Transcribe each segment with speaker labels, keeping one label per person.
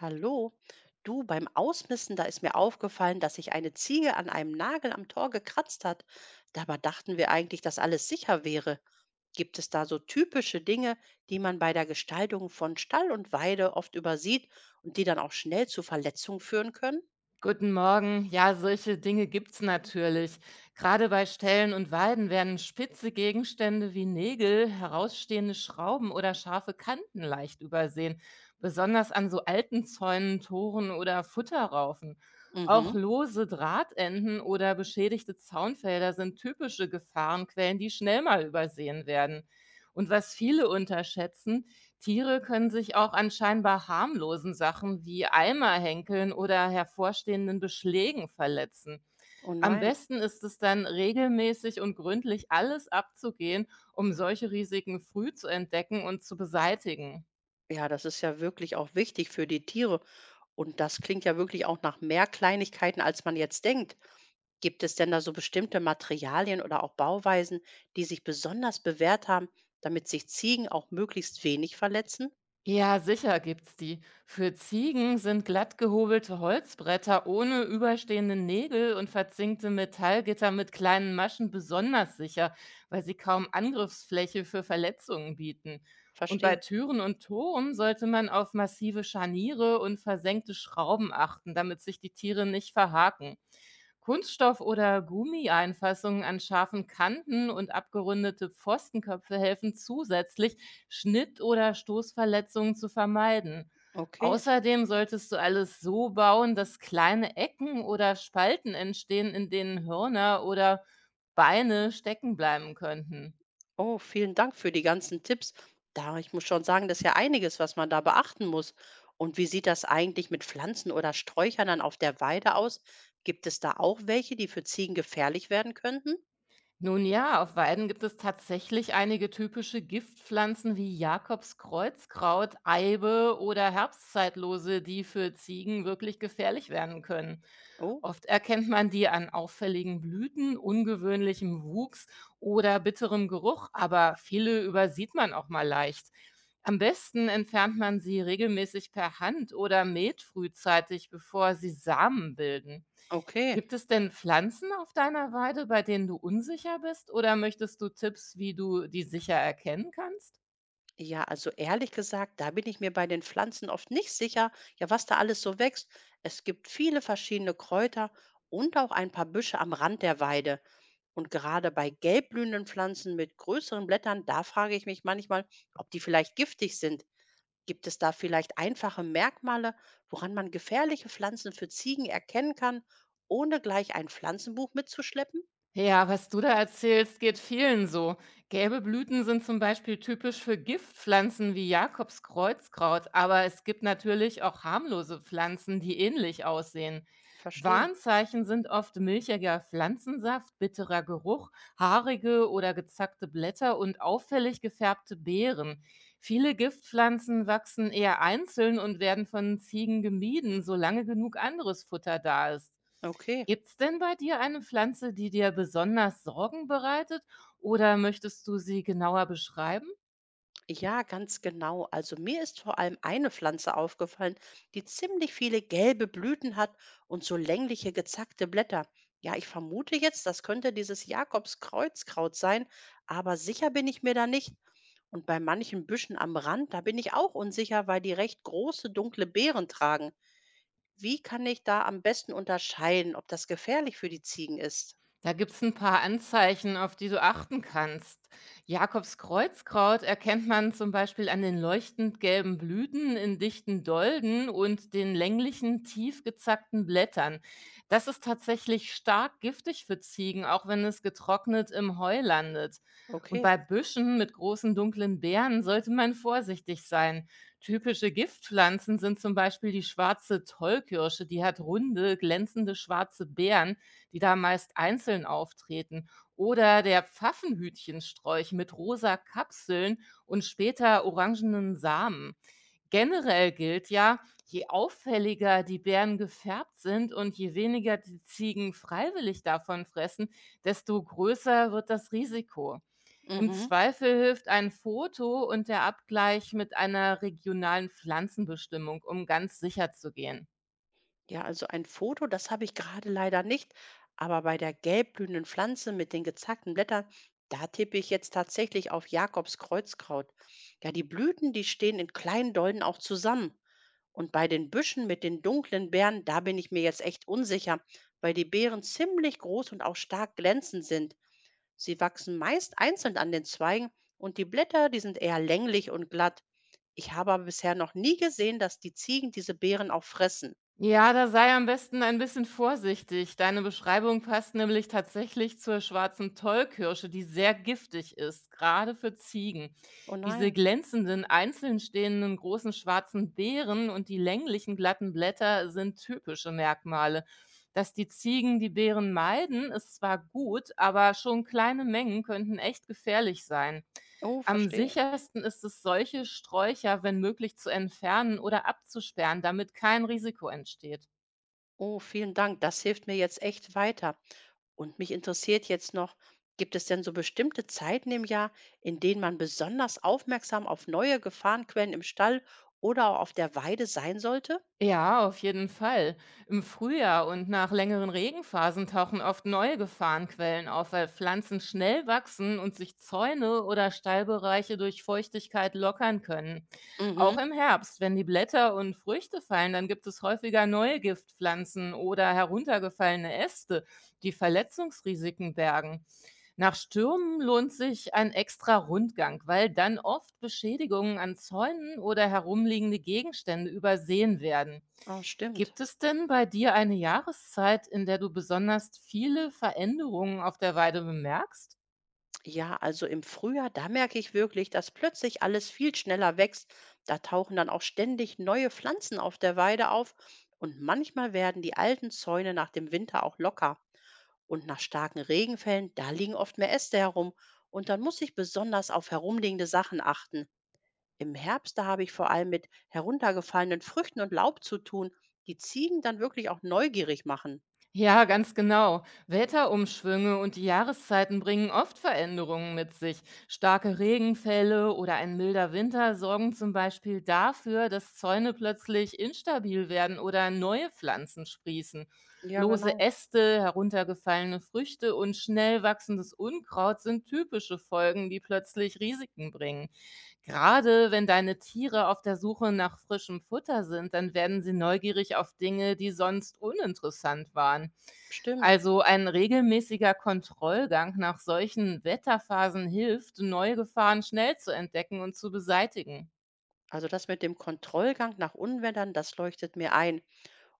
Speaker 1: Hallo, du beim Ausmisten, da ist mir aufgefallen, dass sich eine Ziege an einem Nagel am Tor gekratzt hat. Dabei dachten wir eigentlich, dass alles sicher wäre. Gibt es da so typische Dinge, die man bei der Gestaltung von Stall und Weide oft übersieht und die dann auch schnell zu Verletzungen führen können?
Speaker 2: Guten Morgen. Ja, solche Dinge gibt's natürlich. Gerade bei Stellen und Weiden werden spitze Gegenstände wie Nägel, herausstehende Schrauben oder scharfe Kanten leicht übersehen, besonders an so alten Zäunen, Toren oder Futterraufen. Auch
Speaker 1: Mhm.
Speaker 2: lose Drahtenden oder beschädigte Zaunfelder sind typische Gefahrenquellen, die schnell mal übersehen werden. Und was viele unterschätzen, Tiere können sich auch an scheinbar harmlosen Sachen wie Eimerhenkeln oder hervorstehenden Beschlägen verletzen.
Speaker 1: Oh
Speaker 2: Am
Speaker 1: nein.
Speaker 2: besten ist es dann, regelmäßig und gründlich alles abzugehen, um solche Risiken früh zu entdecken und zu beseitigen.
Speaker 1: Ja, das ist ja wirklich auch wichtig für die Tiere. Und das klingt ja wirklich auch nach mehr Kleinigkeiten, als man jetzt denkt. Gibt es denn da so bestimmte Materialien oder auch Bauweisen, die sich besonders bewährt haben, damit sich Ziegen auch möglichst wenig verletzen?
Speaker 2: Ja, sicher gibt's die. Für Ziegen sind glatt gehobelte Holzbretter ohne überstehende Nägel und verzinkte Metallgitter mit kleinen Maschen besonders sicher, weil sie kaum Angriffsfläche für Verletzungen bieten. Und bei
Speaker 1: Verstehe.
Speaker 2: Türen und Toren sollte man auf massive Scharniere und versenkte Schrauben achten, damit sich die Tiere nicht verhaken. Kunststoff- oder Gummieinfassungen an scharfen Kanten und abgerundete Pfostenköpfe helfen zusätzlich, Schnitt- oder Stoßverletzungen zu vermeiden.
Speaker 1: Okay.
Speaker 2: Außerdem solltest du alles so bauen, dass kleine Ecken oder Spalten entstehen, in denen Hörner oder Beine stecken bleiben könnten.
Speaker 1: Oh, vielen Dank für die ganzen Tipps. Da, ich muss schon sagen, das ist ja einiges, was man da beachten muss. Und wie sieht das eigentlich mit Pflanzen oder Sträuchern dann auf der Weide aus? Gibt es da auch welche, die für Ziegen gefährlich werden könnten?
Speaker 2: Nun ja, auf Weiden gibt es tatsächlich einige typische Giftpflanzen wie Jakobskreuzkraut, Eibe oder Herbstzeitlose, die für Ziegen wirklich gefährlich werden können.
Speaker 1: Oh,
Speaker 2: Oft erkennt man die an auffälligen Blüten, ungewöhnlichem Wuchs oder bitterem Geruch, aber viele übersieht man auch mal leicht. Am besten entfernt man sie regelmäßig per Hand oder mäht frühzeitig, bevor sie Samen bilden.
Speaker 1: okay.
Speaker 2: Gibt es denn Pflanzen auf deiner Weide, bei denen du unsicher bist, oder möchtest du Tipps, wie du die sicher erkennen kannst?
Speaker 1: Ja, also ehrlich gesagt, da bin ich mir bei den Pflanzen oft nicht sicher, ja, was da alles so wächst. Es gibt viele verschiedene Kräuter und auch ein paar Büsche am Rand der Weide. Und gerade bei gelbblühenden Pflanzen mit größeren Blättern, da frage ich mich manchmal, ob die vielleicht giftig sind. Gibt es da vielleicht einfache Merkmale, woran man gefährliche Pflanzen für Ziegen erkennen kann, ohne gleich ein Pflanzenbuch mitzuschleppen?
Speaker 2: Ja, was du da erzählst, geht vielen so. Gelbe Blüten sind zum Beispiel typisch für Giftpflanzen wie Jakobskreuzkraut, aber es gibt natürlich auch harmlose Pflanzen, die ähnlich aussehen.
Speaker 1: Verstehe.
Speaker 2: Warnzeichen sind oft milchiger Pflanzensaft, bitterer Geruch, haarige oder gezackte Blätter und auffällig gefärbte Beeren. Viele Giftpflanzen wachsen eher einzeln und werden von Ziegen gemieden, solange genug anderes Futter da ist.
Speaker 1: Okay.
Speaker 2: Gibt's denn bei dir eine Pflanze, die dir besonders Sorgen bereitet, oder möchtest du sie genauer beschreiben?
Speaker 1: Ja, ganz genau. Also mir ist vor allem eine Pflanze aufgefallen, die ziemlich viele gelbe Blüten hat und so längliche gezackte Blätter. Ja, ich vermute jetzt, das könnte dieses Jakobskreuzkraut sein, aber sicher bin ich mir da nicht. Und bei manchen Büschen am Rand, da bin ich auch unsicher, weil die recht große dunkle Beeren tragen. Wie kann ich da am besten unterscheiden, ob das gefährlich für die Ziegen ist?
Speaker 2: Da gibt's ein paar Anzeichen, auf die du achten kannst. Jakobs Kreuzkraut erkennt man zum Beispiel an den leuchtend gelben Blüten in dichten Dolden und den länglichen, tief gezackten Blättern. Das ist tatsächlich stark giftig für Ziegen, auch wenn es getrocknet im Heu landet. Und
Speaker 1: Okay.
Speaker 2: bei Büschen mit großen dunklen Beeren sollte man vorsichtig sein. Typische Giftpflanzen sind zum Beispiel die Schwarze Tollkirsche, die hat runde, glänzende schwarze Beeren, die da meist einzeln auftreten, oder der Pfaffenhütchensträuch mit rosa Kapseln und später orangenen Samen. Generell gilt ja, je auffälliger die Beeren gefärbt sind und je weniger die Ziegen freiwillig davon fressen, desto größer wird das Risiko. Im
Speaker 1: Mhm.
Speaker 2: Zweifel hilft ein Foto und der Abgleich mit einer regionalen Pflanzenbestimmung, um ganz sicher zu gehen.
Speaker 1: Ja, also ein Foto, das habe ich gerade leider nicht, aber bei der gelbblühenden Pflanze mit den gezackten Blättern, da tippe ich jetzt tatsächlich auf Jakobs Kreuzkraut. Ja, die Blüten, die stehen in kleinen Dolden auch zusammen. Und bei den Büschen mit den dunklen Beeren, da bin ich mir jetzt echt unsicher, weil die Beeren ziemlich groß und auch stark glänzend sind. Sie wachsen meist einzeln an den Zweigen und die Blätter, die sind eher länglich und glatt. Ich habe aber bisher noch nie gesehen, dass die Ziegen diese Beeren auch fressen.
Speaker 2: Ja, da sei am besten ein bisschen vorsichtig. Deine Beschreibung passt nämlich tatsächlich zur schwarzen Tollkirsche, die sehr giftig ist, gerade für Ziegen.
Speaker 1: Oh
Speaker 2: Diese
Speaker 1: nein.
Speaker 2: glänzenden, einzeln stehenden großen schwarzen Beeren und die länglichen glatten Blätter sind typische Merkmale. Dass die Ziegen die Beeren meiden, ist zwar gut, aber schon kleine Mengen könnten echt gefährlich sein.
Speaker 1: Oh,
Speaker 2: Am
Speaker 1: verstehe.
Speaker 2: sichersten ist es, solche Sträucher, wenn möglich, zu entfernen oder abzusperren, damit kein Risiko entsteht.
Speaker 1: Oh, vielen Dank. Das hilft mir jetzt echt weiter. Und mich interessiert jetzt noch, gibt es denn so bestimmte Zeiten im Jahr, in denen man besonders aufmerksam auf neue Gefahrenquellen im Stall oder auch auf der Weide sein sollte?
Speaker 2: Ja, auf jeden Fall. Im Frühjahr und nach längeren Regenphasen tauchen oft neue Gefahrenquellen auf, weil Pflanzen schnell wachsen und sich Zäune oder Steilbereiche durch Feuchtigkeit lockern können. Auch
Speaker 1: Mhm.
Speaker 2: im Herbst, wenn die Blätter und Früchte fallen, dann gibt es häufiger neue Giftpflanzen oder heruntergefallene Äste, die Verletzungsrisiken bergen. Nach Stürmen lohnt sich ein extra Rundgang, weil dann oft Beschädigungen an Zäunen oder herumliegende Gegenstände übersehen werden.
Speaker 1: Ah, stimmt.
Speaker 2: Gibt es denn bei dir eine Jahreszeit, in der du besonders viele Veränderungen auf der Weide bemerkst?
Speaker 1: Ja, also im Frühjahr, da merke ich wirklich, dass plötzlich alles viel schneller wächst. Da tauchen dann auch ständig neue Pflanzen auf der Weide auf und manchmal werden die alten Zäune nach dem Winter auch locker. Und nach starken Regenfällen, da liegen oft mehr Äste herum. Und dann muss ich besonders auf herumliegende Sachen achten. Im Herbst, da habe ich vor allem mit heruntergefallenen Früchten und Laub zu tun, die Ziegen dann wirklich auch neugierig machen.
Speaker 2: Ja, ganz genau. Wetterumschwünge und die Jahreszeiten bringen oft Veränderungen mit sich. Starke Regenfälle oder ein milder Winter sorgen zum Beispiel dafür, dass Zäune plötzlich instabil werden oder neue Pflanzen sprießen.
Speaker 1: Ja,
Speaker 2: Lose
Speaker 1: genau.
Speaker 2: Äste, heruntergefallene Früchte und schnell wachsendes Unkraut sind typische Folgen, die plötzlich Risiken bringen. Gerade wenn deine Tiere auf der Suche nach frischem Futter sind, dann werden sie neugierig auf Dinge, die sonst uninteressant waren.
Speaker 1: Stimmt.
Speaker 2: Also ein regelmäßiger Kontrollgang nach solchen Wetterphasen hilft, neue Gefahren schnell zu entdecken und zu beseitigen.
Speaker 1: Also das mit dem Kontrollgang nach Unwettern, das leuchtet mir ein.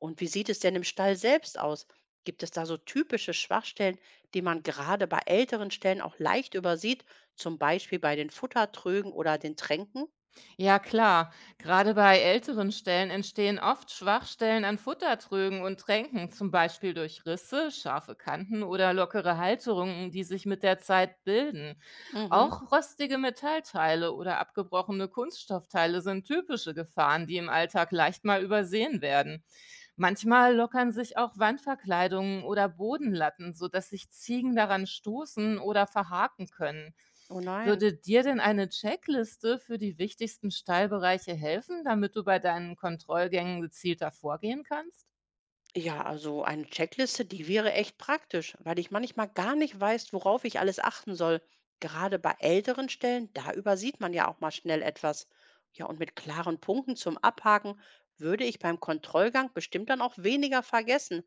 Speaker 1: Und wie sieht es denn im Stall selbst aus? Gibt es da so typische Schwachstellen, die man gerade bei älteren Stellen auch leicht übersieht, zum Beispiel bei den Futtertrögen oder den Tränken?
Speaker 2: Ja klar, gerade bei älteren Stellen entstehen oft Schwachstellen an Futtertrögen und Tränken, zum Beispiel durch Risse, scharfe Kanten oder lockere Halterungen, die sich mit der Zeit bilden.
Speaker 1: Mhm.
Speaker 2: Auch rostige Metallteile oder abgebrochene Kunststoffteile sind typische Gefahren, die im Alltag leicht mal übersehen werden. Manchmal lockern sich auch Wandverkleidungen oder Bodenlatten, sodass sich Ziegen daran stoßen oder verhaken können.
Speaker 1: Oh nein.
Speaker 2: Würde dir denn eine Checkliste für die wichtigsten Stallbereiche helfen, damit du bei deinen Kontrollgängen gezielter vorgehen kannst?
Speaker 1: Ja, also eine Checkliste, die wäre echt praktisch, weil ich manchmal gar nicht weiß, worauf ich alles achten soll. Gerade bei älteren Stellen, da übersieht man ja auch mal schnell etwas. Ja, und mit klaren Punkten zum Abhaken würde ich beim Kontrollgang bestimmt dann auch weniger vergessen.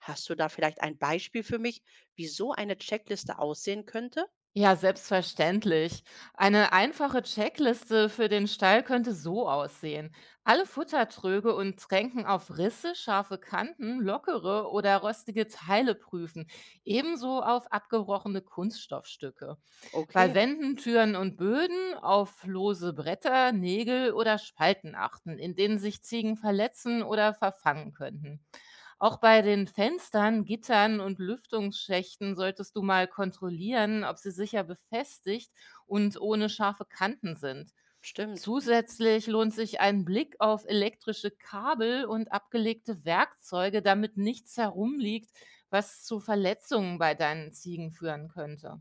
Speaker 1: Hast du da vielleicht ein Beispiel für mich, wie so eine Checkliste aussehen könnte?
Speaker 2: Ja, selbstverständlich. Eine einfache Checkliste für den Stall könnte so aussehen. Alle Futtertröge und Tränken auf Risse, scharfe Kanten, lockere oder rostige Teile prüfen, ebenso auf abgebrochene Kunststoffstücke. Bei
Speaker 1: Okay,
Speaker 2: Wänden, Türen und Böden auf lose Bretter, Nägel oder Spalten achten, in denen sich Ziegen verletzen oder verfangen könnten. Auch bei den Fenstern, Gittern und Lüftungsschächten solltest du mal kontrollieren, ob sie sicher befestigt und ohne scharfe Kanten sind.
Speaker 1: stimmt.
Speaker 2: Zusätzlich lohnt sich ein Blick auf elektrische Kabel und abgelegte Werkzeuge, damit nichts herumliegt, was zu Verletzungen bei deinen Ziegen führen könnte.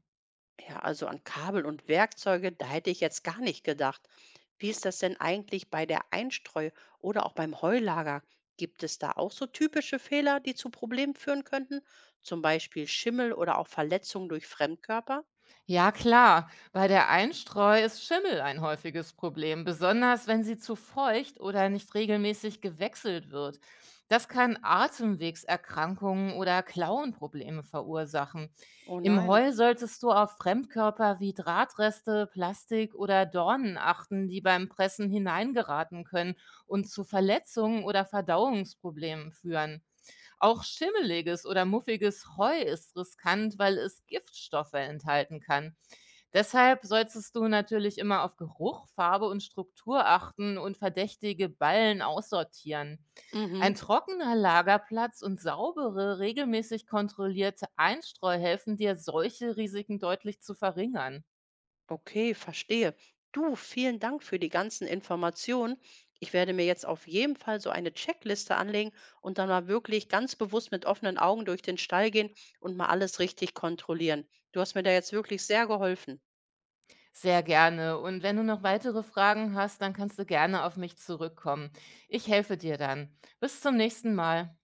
Speaker 1: Ja, also an Kabel und Werkzeuge, da hätte ich jetzt gar nicht gedacht. Wie ist das denn eigentlich bei der Einstreu oder auch beim Heulager? Gibt es da auch so typische Fehler, die zu Problemen führen könnten? Zum Beispiel Schimmel oder auch Verletzungen durch Fremdkörper?
Speaker 2: Ja klar, bei der Einstreu ist Schimmel ein häufiges Problem, besonders wenn sie zu feucht oder nicht regelmäßig gewechselt wird. Das kann Atemwegserkrankungen oder Klauenprobleme verursachen.
Speaker 1: Oh
Speaker 2: Im
Speaker 1: nein.
Speaker 2: Heu solltest du auf Fremdkörper wie Drahtreste, Plastik oder Dornen achten, die beim Pressen hineingeraten können und zu Verletzungen oder Verdauungsproblemen führen. Auch schimmeliges oder muffiges Heu ist riskant, weil es Giftstoffe enthalten kann. Deshalb solltest du natürlich immer auf Geruch, Farbe und Struktur achten und verdächtige Ballen aussortieren. Ein
Speaker 1: Mhm.
Speaker 2: trockener Lagerplatz und saubere, regelmäßig kontrollierte Einstreu helfen dir, solche Risiken deutlich zu verringern.
Speaker 1: Okay, verstehe. Du, vielen Dank für die ganzen Informationen. Ich werde mir jetzt auf jeden Fall so eine Checkliste anlegen und dann mal wirklich ganz bewusst mit offenen Augen durch den Stall gehen und mal alles richtig kontrollieren. Du hast mir da jetzt wirklich sehr geholfen.
Speaker 2: Sehr gerne. Und wenn du noch weitere Fragen hast, dann kannst du gerne auf mich zurückkommen. Ich helfe dir dann. Bis zum nächsten Mal.